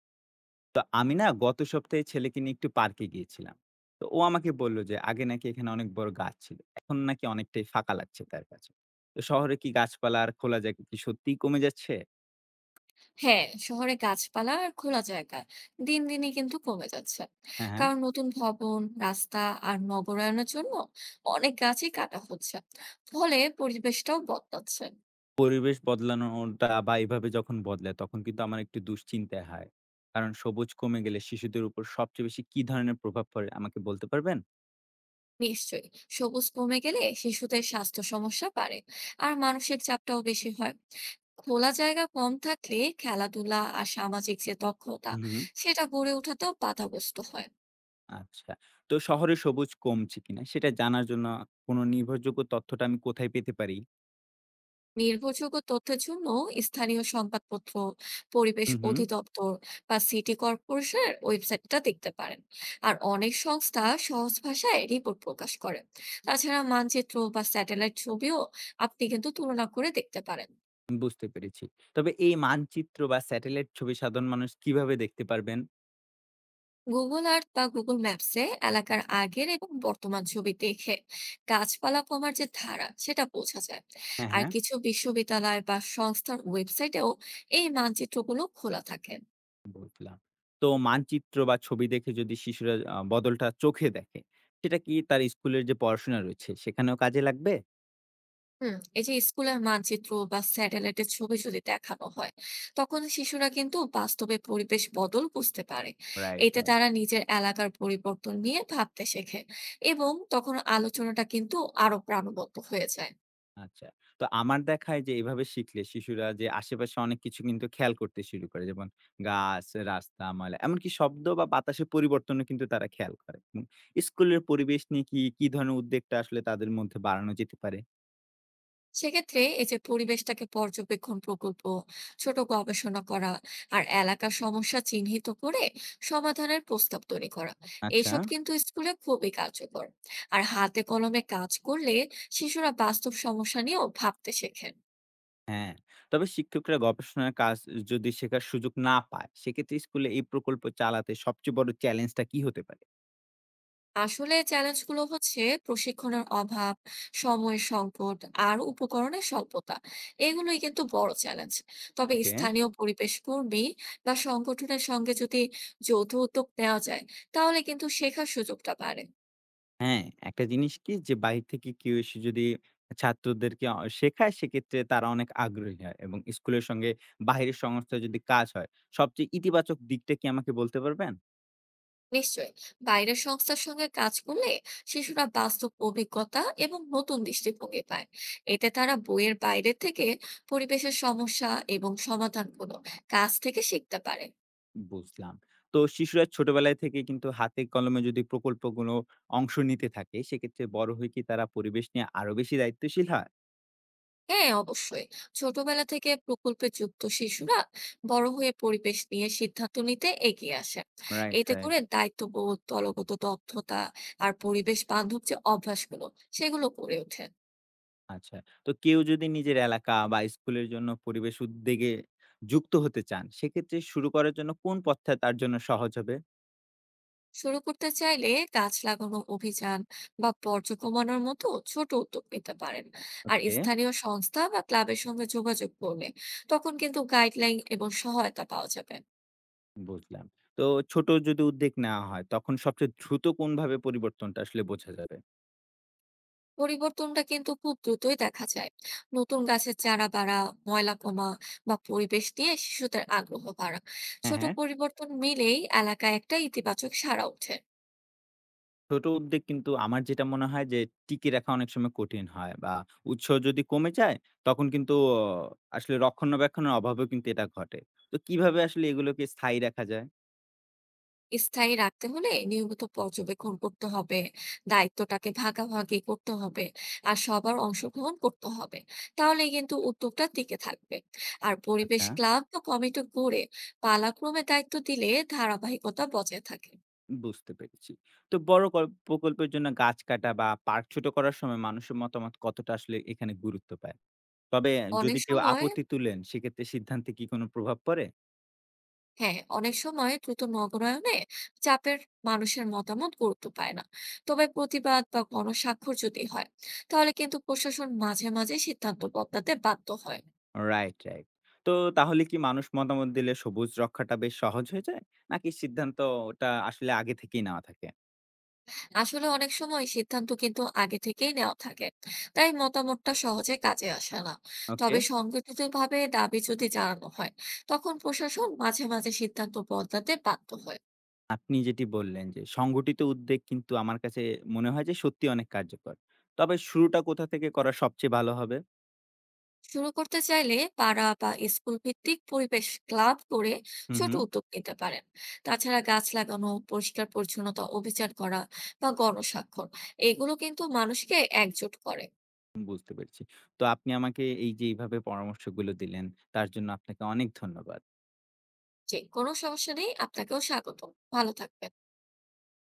তো আমি না গত সপ্তাহে ছেলেকে নিয়ে একটু পার্কে গিয়েছিলাম। তো ও আমাকে বলল যে আগে নাকি এখানে অনেক বড় গাছ ছিল। এখন নাকি অনেকটাই ফাঁকা লাগছে তার কাছে। তো শহরে কি গাছপালা আর খোলা জায়গা কি সত্যিই কমে যাচ্ছে? হ্যাঁ, শহরে গাছপালা আর খোলা জায়গা দিন দিনই কিন্তু কমে যাচ্ছে। হ্যাঁ, হ্যাঁ। কারণ নতুন ভবন, রাস্তা আর নগরায়নের জন্য অনেক গাছই কাটা হচ্ছে, ফলে পরিবেশটাও বদলাচ্ছে। পরিবেশ বদলানোটা বা এভাবে যখন বদলায় তখন কিন্তু আমার একটু দুশ্চিন্তায় হয়। কারণ সবুজ কমে গেলে শিশুদের উপর সবচেয়ে বেশি কি ধরনের প্রভাব পড়ে আমাকে বলতে পারবেন? নিশ্চয়ই। সবুজ কমে গেলে শিশুদের স্বাস্থ্য সমস্যা বাড়ে আর মানসিক চাপটাও বেশি হয়। খোলা জায়গা কম থাকলে খেলাধুলা আর সামাজিক যে দক্ষতা, হুম, হুম। সেটা গড়ে ওঠাতেও বাধাগ্রস্ত হয়। আচ্ছা। তো শহরে সবুজ কমছে কিনা সেটা জানার জন্য কোনো নির্ভরযোগ্য তথ্যটা আমি কোথায় পেতে পারি? নির্ভরযোগ্য তথ্যের জন্য স্থানীয় সংবাদপত্র, পরিবেশ হুম, হুম। অধিদপ্তর বা সিটি কর্পোরেশনের ওয়েবসাইটটা দেখতে পারেন। আর অনেক সংস্থা সহজ ভাষায় রিপোর্ট প্রকাশ করে। তাছাড়া মানচিত্র বা স্যাটেলাইট ছবিও আপনি কিন্তু তুলনা করে দেখতে পারেন। বুঝতে পেরেছি। তবে এই মানচিত্র বা স্যাটেলাইট ছবি সাধারণ মানুষ কিভাবে দেখতে পারবেন? গুগল আর্থ বা গুগল ম্যাপসে এলাকার আগের এবং বর্তমান ছবি দেখে গাছপালা কমার যে ধারা, সেটা বোঝা যায়। হ্যাঁ, আর হ্যাঁ। কিছু বিশ্ববিদ্যালয় বা সংস্থার ওয়েবসাইটেও এই মানচিত্রগুলো খোলা থাকে। বুঝলাম। তো মানচিত্র বা ছবি দেখে যদি শিশুরা বদলটা চোখে দেখে, সেটা কি তার স্কুলের যে পড়াশোনা রয়েছে সেখানেও কাজে লাগবে? হুম, এই যে স্কুলের মানচিত্র বা স্যাটেলাইটের ছবি যদি দেখানো হয়, তখন শিশুরা কিন্তু বাস্তবে পরিবেশ বদল বুঝতে পারে। রাইট, এতে রাইট। তারা নিজের এলাকার পরিবর্তন নিয়ে ভাবতে শেখে এবং তখন আলোচনাটা কিন্তু আরো প্রাণবন্ত হয়ে যায়। আচ্ছা। তো আমার দেখায় যে এভাবে শিখলে শিশুরা যে আশেপাশে অনেক কিছু কিন্তু খেয়াল করতে শুরু করে। যেমন গাছ, রাস্তা, ময়লা এমনকি শব্দ বা বাতাসের পরিবর্তনও কিন্তু তারা খেয়াল করে। হুম। স্কুলের পরিবেশ নিয়ে কি ধরনের উদ্বেগটা আসলে তাদের মধ্যে বাড়ানো যেতে পারে? সেক্ষেত্রে এই যে পরিবেশটাকে পর্যবেক্ষণ প্রকল্প, ছোট গবেষণা করা আর এলাকার সমস্যা চিহ্নিত করে সমাধানের প্রস্তাব তৈরি করা, আচ্ছা। এইসব কিন্তু স্কুলে খুবই কার্যকর। আর হাতে কলমে কাজ করলে শিশুরা বাস্তব সমস্যা নিয়েও ভাবতে শেখেন। হ্যাঁ, তবে শিক্ষকরা গবেষণার কাজ যদি শেখার সুযোগ না পায়, সেক্ষেত্রে স্কুলে এই প্রকল্প চালাতে সবচেয়ে বড় চ্যালেঞ্জটা কি হতে পারে? আসলে চ্যালেঞ্জগুলো হচ্ছে প্রশিক্ষণের অভাব, সময়ের সংকট আর উপকরণের স্বল্পতা। এগুলোই কিন্তু বড় চ্যালেঞ্জ। তবে ওকে। স্থানীয় পরিবেশ কর্মী বা সংগঠনের সঙ্গে যদি যৌথ উদ্যোগ নেওয়া যায়, তাহলে কিন্তু শেখার সুযোগটা বাড়ে। হ্যাঁ, একটা জিনিস কি যে বাহির থেকে কেউ এসে যদি ছাত্রদেরকে শেখায় সেক্ষেত্রে তারা অনেক আগ্রহী হয় এবং স্কুলের সঙ্গে বাহিরের সংস্থার যদি কাজ হয়, সবচেয়ে ইতিবাচক দিকটা কি আমাকে বলতে পারবেন? নিশ্চয়ই। বাইরের সংস্থার সঙ্গে কাজ করলে শিশুরা বাস্তব অভিজ্ঞতা এবং নতুন দৃষ্টিভঙ্গি পায়। এতে তারা বইয়ের বাইরে থেকে পরিবেশের সমস্যা এবং সমাধানগুলো কাজ থেকে শিখতে পারে। বুঝলাম। তো শিশুরা ছোটবেলায় থেকে কিন্তু হাতে কলমে যদি প্রকল্পগুলো অংশ নিতে থাকে, সেক্ষেত্রে বড় হয়ে কি তারা পরিবেশ নিয়ে আরো বেশি দায়িত্বশীল হয়? হ্যাঁ, অবশ্যই। ছোটবেলা থেকে প্রকল্পে যুক্ত শিশুরা বড় হয়ে পরিবেশ নিয়ে সিদ্ধান্ত নিতে এগিয়ে আসে। রাইট, এতে রাইট। করে দায়িত্ববোধ, দলগত দক্ষতা আর পরিবেশ বান্ধব যে অভ্যাসগুলো, সেগুলো গড়ে ওঠে। আচ্ছা। তো কেউ যদি নিজের এলাকা বা স্কুলের জন্য পরিবেশ উদ্যোগে যুক্ত হতে চান, সেক্ষেত্রে শুরু করার জন্য কোন পথটা তার জন্য সহজ হবে? শুরু করতে চাইলে গাছ লাগানো অভিযান বা বর্জ্য কমানোর মতো ছোট উদ্যোগ নিতে পারেন। আর ওকে, স্থানীয় সংস্থা বা ক্লাবের সঙ্গে যোগাযোগ করলে তখন কিন্তু গাইডলাইন এবং সহায়তা পাওয়া যাবে। বুঝলাম। তো ছোট যদি উদ্যোগ নেওয়া হয়, তখন সবচেয়ে দ্রুত কোনভাবে পরিবর্তনটা আসলে বোঝা যাবে? পরিবর্তনটা কিন্তু খুব দ্রুতই দেখা যায়, নতুন গাছের চারা বাড়া, ময়লা কমা বা পরিবেশ নিয়ে শিশুদের আগ্রহ বাড়া। হ্যাঁ, ছোট হ্যাঁ। পরিবর্তন মিলেই এলাকায় একটা ইতিবাচক সাড়া ওঠে। ছোট উদ্যোগ কিন্তু আমার যেটা মনে হয় যে টিকিয়ে রাখা অনেক সময় কঠিন হয় বা উৎসাহ যদি কমে যায়, তখন কিন্তু আসলে রক্ষণাবেক্ষণের অভাবেও কিন্তু এটা ঘটে। তো কিভাবে আসলে এগুলোকে স্থায়ী রাখা যায়? স্থায়ী রাখতে হলে নিয়মিত পর্যবেক্ষণ করতে হবে, দায়িত্বটাকে ভাগাভাগি করতে হবে আর সবার অংশগ্রহণ করতে হবে। তাহলে কিন্তু উদ্যোগটা টিকে থাকবে। আর পরিবেশ আচ্ছা। ক্লাব বা কমিটি গড়ে পালাক্রমে দায়িত্ব দিলে ধারাবাহিকতা বজায় থাকে। বুঝতে পেরেছি। তো বড় কল প্রকল্পের জন্য গাছ কাটা বা পার্ক ছোট করার সময় মানুষের মতামত কতটা আসলে এখানে গুরুত্ব পায়? তবে অনেক যদি কেউ সময়, আপত্তি তুলেন সেক্ষেত্রে সিদ্ধান্তে কি কোনো প্রভাব পড়ে? হ্যাঁ, অনেক সময় দ্রুত নগরায়নে চাপের মানুষের মতামত গুরুত্ব পায় না। তবে প্রতিবাদ বা গণস্বাক্ষর যদি হয়, তাহলে কিন্তু প্রশাসন মাঝে মাঝে সিদ্ধান্ত বদলাতে বাধ্য হয়। Right, right. তো তাহলে কি মানুষ মতামত দিলে সবুজ রক্ষাটা বেশ সহজ হয়ে যায়? নাকি সিদ্ধান্ত ওটা আসলে আগে থেকেই নেওয়া থাকে? আসলে অনেক সময় সিদ্ধান্ত কিন্তু আগে থেকেই নেওয়া থাকে, তাই মতামতটা সহজে কাজে আসে না। ওকে। তবে সংগঠিত ভাবে দাবি যদি জানানো হয়, তখন প্রশাসন মাঝে মাঝে সিদ্ধান্ত বদলাতে বাধ্য হয়। আপনি যেটি বললেন যে সংগঠিত উদ্বেগ কিন্তু আমার কাছে মনে হয় যে সত্যিই অনেক কার্যকর। তবে শুরুটা কোথা থেকে করা সবচেয়ে ভালো হবে? শুরু করতে চাইলে পাড়া বা স্কুল ভিত্তিক পরিবেশ ক্লাব করে হু, ছোট হু। উদ্যোগ নিতে পারেন। তাছাড়া গাছ লাগানো, পরিষ্কার পরিচ্ছন্নতা অভিযান করা বা গণস্বাক্ষর, এগুলো কিন্তু মানুষকে একজোট করে। বুঝতে পেরেছি। তো আপনি আমাকে এই যে এইভাবে পরামর্শগুলো দিলেন, তার জন্য আপনাকে অনেক ধন্যবাদ। যে কোনো সমস্যা নেই, আপনাকেও স্বাগত। ভালো থাকবেন।